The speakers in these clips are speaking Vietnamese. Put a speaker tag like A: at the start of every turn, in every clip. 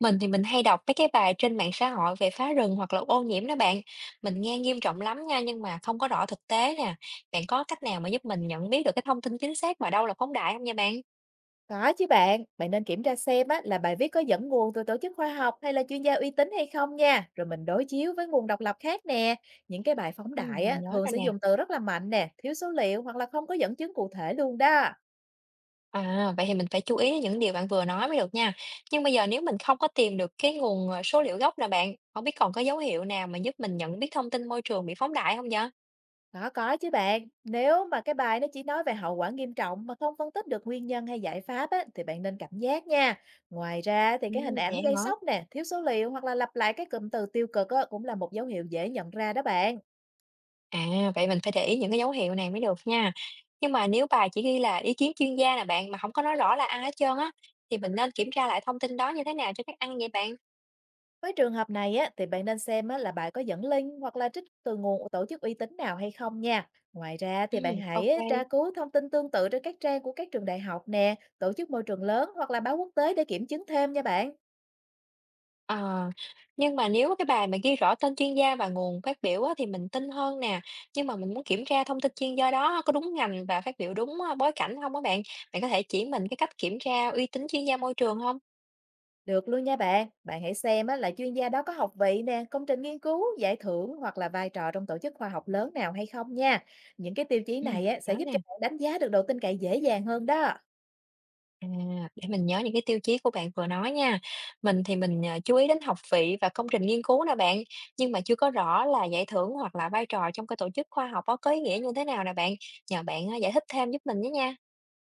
A: Mình thì mình hay đọc mấy cái bài trên mạng xã hội về phá rừng hoặc là ô nhiễm đó bạn. Mình nghe nghiêm trọng lắm nha nhưng mà không có rõ thực tế nè. Bạn có cách nào mà giúp mình nhận biết được cái thông tin chính xác và đâu là phóng đại không nha bạn?
B: Có chứ bạn, bạn nên kiểm tra xem á, là bài viết có dẫn nguồn từ tổ chức khoa học hay là chuyên gia uy tín hay không nha, rồi mình đối chiếu với nguồn độc lập khác nè. Những cái bài phóng
A: Ừ,
B: đại
A: mình
B: á,
A: nhớ
B: thường
A: rồi
B: sẽ
A: nè.
B: dùng từ rất là mạnh nè, thiếu số liệu hoặc là không có dẫn chứng cụ thể luôn đó.
A: À, vậy thì mình phải chú ý đến những điều bạn vừa nói mới được nha. Nhưng bây giờ nếu mình không có tìm được cái nguồn số liệu gốc nè bạn, không biết còn có dấu hiệu nào mà giúp mình nhận biết thông tin môi trường bị phóng đại không vậy?
B: Có chứ bạn, nếu mà cái bài nó chỉ nói về hậu quả nghiêm trọng mà không phân tích được nguyên nhân hay giải pháp á, thì bạn nên cảnh giác nha. Ngoài ra thì
A: Ừ,
B: cái hình ảnh
A: vậy
B: gây
A: hả?
B: sốc nè, thiếu số liệu hoặc là lặp lại cái cụm từ tiêu cực á, cũng là một dấu hiệu dễ nhận ra đó bạn.
A: À, vậy mình phải để ý những cái dấu hiệu này mới được nha. Nhưng mà nếu bài chỉ ghi là ý kiến chuyên gia là bạn mà không có nói rõ là ai hết trơn á thì mình nên kiểm tra lại thông tin đó như thế nào cho các ăn vậy bạn?
B: Với trường hợp này á, thì bạn nên xem á, là bạn có dẫn link hoặc là trích từ nguồn tổ chức uy tín nào hay không nha. Ngoài ra thì bạn
A: Ừ,
B: hãy
A: ok.
B: á, tra cứu thông tin tương tự trên các trang của các trường đại học nè, tổ chức môi trường lớn hoặc là báo quốc tế để kiểm chứng thêm nha bạn.
A: Ờ, nhưng mà nếu cái bài mà ghi rõ tên chuyên gia và nguồn phát biểu á, thì mình tin hơn nè. Nhưng mà mình muốn kiểm tra thông tin chuyên gia đó có đúng ngành và phát biểu đúng bối cảnh không á bạn? Bạn có thể chỉ mình cái cách kiểm tra uy tín chuyên gia môi trường không?
B: Được luôn nha bạn. Bạn hãy xem á, là chuyên gia đó có học vị nè, công trình nghiên cứu, giải thưởng hoặc là vai trò trong tổ chức khoa học lớn nào hay không nha. Những cái tiêu chí
A: Ừ,
B: này á, sẽ
A: nhớ
B: giúp cho
A: nè.
B: bạn đánh giá được độ tin cậy dễ dàng hơn đó.
A: À, để mình nhớ những cái tiêu chí của bạn vừa nói nha. Mình thì mình, chú ý đến học vị và công trình nghiên cứu nè bạn, nhưng mà chưa có rõ là giải thưởng hoặc là vai trò trong cái tổ chức khoa học á có ý nghĩa như thế nào nè bạn. Nhờ bạn, giải thích thêm giúp mình với nha.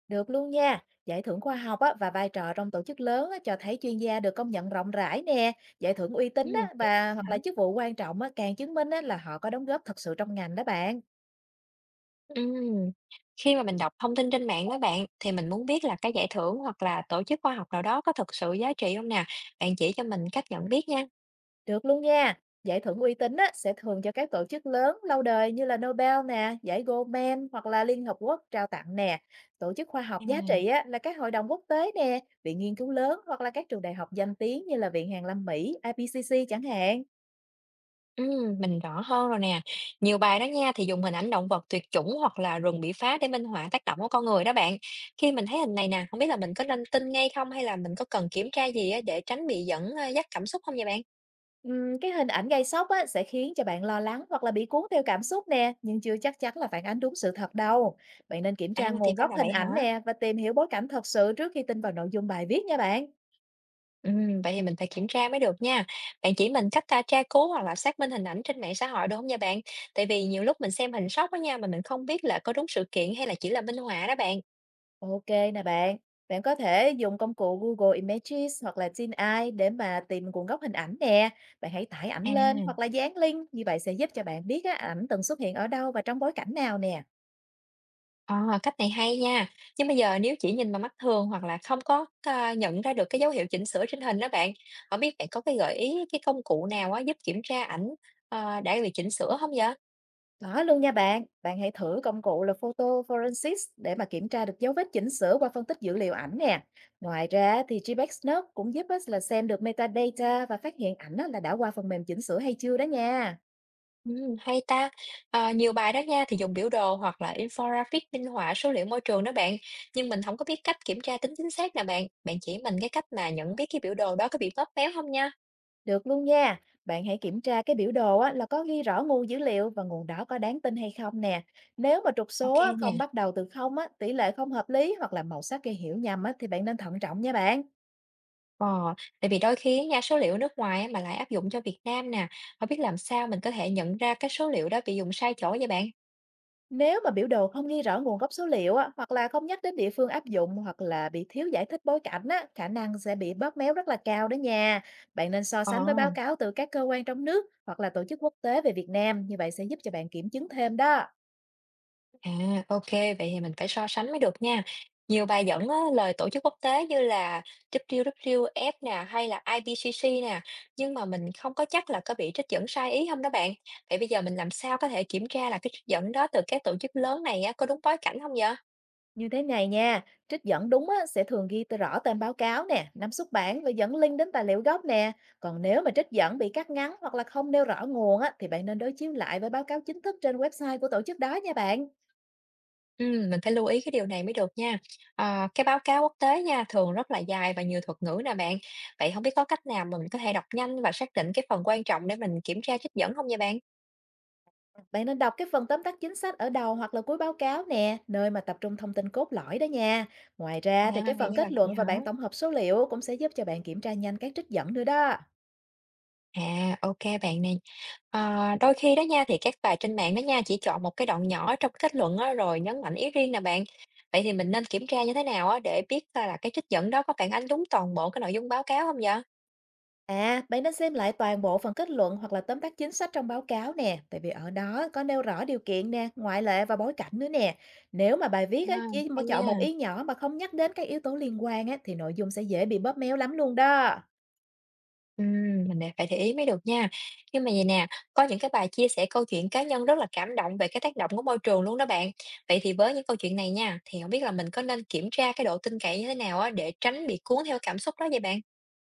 B: Được luôn nha. Giải thưởng khoa học á, và vai trò trong tổ chức lớn á, cho thấy chuyên gia được công nhận rộng rãi nè. Giải thưởng uy tín
A: Ừm.
B: á, và hoặc
A: Hả?
B: là chức vụ quan trọng á, càng chứng minh á, là họ có đóng góp thật sự trong ngành đó bạn.
A: Ừm, khi mà mình đọc thông tin trên mạng đó bạn, thì mình muốn biết là cái giải thưởng hoặc là tổ chức khoa học nào đó có thực sự giá trị không nè? Bạn chỉ cho mình cách nhận biết nha.
B: Được luôn nha. Giải thưởng uy tín á, sẽ thường cho các tổ chức lớn lâu đời như là Nobel nè, giải Goldman hoặc là Liên Hợp Quốc trao tặng nè. Tổ chức khoa học giá
A: À.
B: trị á, là các hội đồng quốc tế nè, viện nghiên cứu lớn hoặc là các trường đại học danh tiếng như là Viện Hàn Lâm Mỹ, IPCC chẳng hạn.
A: Mình rõ hơn rồi nè. Nhiều bài đó nha thì dùng hình ảnh động vật tuyệt chủng hoặc là rừng bị phá để minh họa tác động của con người đó bạn. Khi mình thấy hình này nè, không biết là mình có nên tin ngay không hay là mình có cần kiểm tra gì á để tránh bị dẫn dắt cảm xúc không vậy bạn?
B: Cái hình ảnh gây sốc á, sẽ khiến cho bạn lo lắng hoặc là bị cuốn theo cảm xúc nè, nhưng chưa chắc chắn là phản ánh đúng sự thật đâu. Bạn nên kiểm
A: À
B: tra
A: thì
B: nguồn
A: ra
B: gốc
A: là
B: hình
A: vậy
B: ảnh
A: hả?
B: nè và tìm hiểu bối cảnh thật sự trước khi tin vào nội dung bài viết nha bạn.
A: Vậy thì mình phải kiểm tra mới được nha. Bạn chỉ mình cách ta tra cứu hoặc là xác minh hình ảnh trên mạng xã hội đúng không nha bạn? Tại vì nhiều lúc mình xem hình sóc đó nha mà mình không biết là có đúng sự kiện hay là chỉ là minh họa đó bạn.
B: Ok nè bạn, bạn có thể dùng công cụ Google Images hoặc là TinEye để mà tìm nguồn gốc hình ảnh nè. Bạn hãy tải ảnh lên
A: À.
B: hoặc là dán link, như vậy sẽ giúp cho bạn biết á, ảnh từng xuất hiện ở đâu và trong bối cảnh nào nè.
A: Ờ, cách này hay nha. Nhưng bây giờ nếu chỉ nhìn bằng mắt thường hoặc là không có nhận ra được cái dấu hiệu chỉnh sửa trên hình đó bạn, không biết bạn có cái gợi ý cái công cụ nào á, giúp kiểm tra ảnh đã bị chỉnh sửa không vậy?
B: Có luôn nha bạn, bạn hãy thử công cụ là Photo Forensics để mà kiểm tra được dấu vết chỉnh sửa qua phân tích dữ liệu ảnh nè. Ngoài ra thì GPXNet cũng giúp us là xem được metadata và phát hiện ảnh á, là đã qua phần mềm chỉnh sửa hay chưa đó nha.
A: Ừ, hay ta. Ờ, nhiều bài đó nha thì dùng biểu đồ hoặc là infographic minh họa số liệu môi trường đó bạn. Nhưng mình không có biết cách kiểm tra tính chính xác nè bạn. Bạn chỉ mình cái cách mà nhận biết cái biểu đồ đó có bị bóp méo không nha.
B: Được luôn nha, bạn hãy kiểm tra cái biểu đồ á, là có ghi rõ nguồn dữ liệu và nguồn đó có đáng tin hay không nè. Nếu mà trục số
A: Ok
B: á,
A: nè.
B: không bắt đầu từ không á, tỷ lệ không hợp lý hoặc là màu sắc gây hiểu nhầm á, thì bạn nên thận trọng nha bạn.
A: Ờ, tại vì đôi khi á nha, số liệu nước ngoài á mà lại áp dụng cho Việt Nam nè, hông biết làm sao mình có thể nhận ra cái số liệu đó bị dùng sai chỗ vậy bạn?
B: Nếu mà biểu đồ không ghi rõ nguồn gốc số liệu á, hoặc là không nhắc đến địa phương áp dụng hoặc là bị thiếu giải thích bối cảnh á, khả năng sẽ bị bóp méo rất là cao đó nha. Bạn nên so
A: Ờ,
B: sánh với báo cáo từ các cơ quan trong nước hoặc là tổ chức quốc tế về Việt Nam, như vậy sẽ giúp cho bạn kiểm chứng thêm đó.
A: à, ok vậy thì mình phải so sánh mới được nha. Nhiều bài dẫn á, lời tổ chức quốc tế như là WWF nè, hay là IPCC nè, nhưng mà mình không có chắc là có bị trích dẫn sai ý không đó bạn? Vậy bây giờ mình làm sao có thể kiểm tra là cái trích dẫn đó từ các tổ chức lớn này á, có đúng bối cảnh không vậy?
B: Như thế này nha, trích dẫn đúng á, sẽ thường ghi rõ tên báo cáo nè, năm xuất bản và dẫn link đến tài liệu gốc nè. Còn nếu mà trích dẫn bị cắt ngắn hoặc là không nêu rõ nguồn á, thì bạn nên đối chiếu lại với báo cáo chính thức trên website của tổ chức đó nha bạn.
A: Mình phải lưu ý cái điều này mới được nha. À, cái báo cáo quốc tế nha, thường rất là dài và nhiều thuật ngữ nè bạn. Vậy không biết có cách nào mà mình có thể đọc nhanh và xác định cái phần quan trọng để mình kiểm tra trích dẫn không nha bạn?
B: Bạn nên đọc cái phần tóm tắt chính sách ở đầu hoặc là cuối báo cáo nè, nơi mà tập trung thông tin cốt lõi đó nha. Ngoài
A: À,
B: ra thì cái
A: thì
B: phần
A: ra là
B: kết
A: vậy
B: luận và
A: hả?
B: bản tổng hợp số liệu cũng sẽ giúp cho bạn kiểm tra nhanh các trích dẫn nữa đó.
A: À, ok bạn nè. À, đôi khi đó nha thì các bài trên mạng đó nha chỉ chọn một cái đoạn nhỏ trong kết luận á, rồi nhấn mạnh ý riêng nè bạn. Vậy thì mình nên kiểm tra như thế nào á, để biết là cái trích dẫn đó có phản ánh đúng toàn bộ cái nội dung báo cáo không vậy?
B: À, bạn nên xem lại toàn bộ phần kết luận hoặc là tóm tắt chính sách trong báo cáo nè, tại vì ở đó có nêu rõ điều kiện nè, ngoại lệ và bối cảnh nữa nè. Nếu mà bài viết á,
A: À,
B: chỉ mà
A: hay
B: chọn
A: nha.
B: một ý nhỏ mà không nhắc đến các yếu tố liên quan á, thì nội dung sẽ dễ bị bóp méo lắm luôn đó.
A: Mình nè phải để ý mới được nha. Nhưng mà vậy nè, có những cái bài chia sẻ câu chuyện cá nhân rất là cảm động về cái tác động của môi trường luôn đó bạn. Vậy thì với những câu chuyện này nha, thì không biết là mình có nên kiểm tra cái độ tin cậy như thế nào á để tránh bị cuốn theo cảm xúc đó vậy bạn?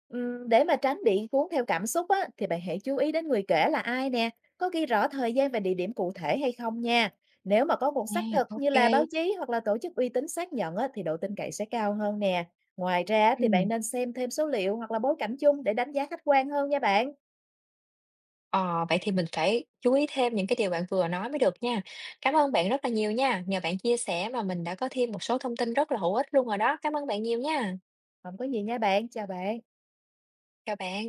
B: Để mà tránh bị cuốn theo cảm xúc á, thì bạn hãy chú ý đến người kể là ai nè, có ghi rõ thời gian và địa điểm cụ thể hay không nha. Nếu mà có nguồn
A: À,
B: xác thực như là
A: ok.
B: báo chí hoặc là tổ chức uy tín xác nhận á, thì độ tin cậy sẽ cao hơn nè. Ngoài ra thì bạn
A: Ừm.
B: nên xem thêm số liệu hoặc là bối cảnh chung để đánh giá khách quan hơn nha bạn.
A: Ờ, vậy thì mình phải chú ý thêm những cái điều bạn vừa nói mới được nha. Cảm ơn bạn rất là nhiều nha. Nhờ bạn chia sẻ mà mình đã có thêm một số thông tin rất là hữu ích luôn rồi đó. Cảm ơn bạn nhiều nha.
B: Không có gì nha bạn, chào bạn.
A: Chào bạn.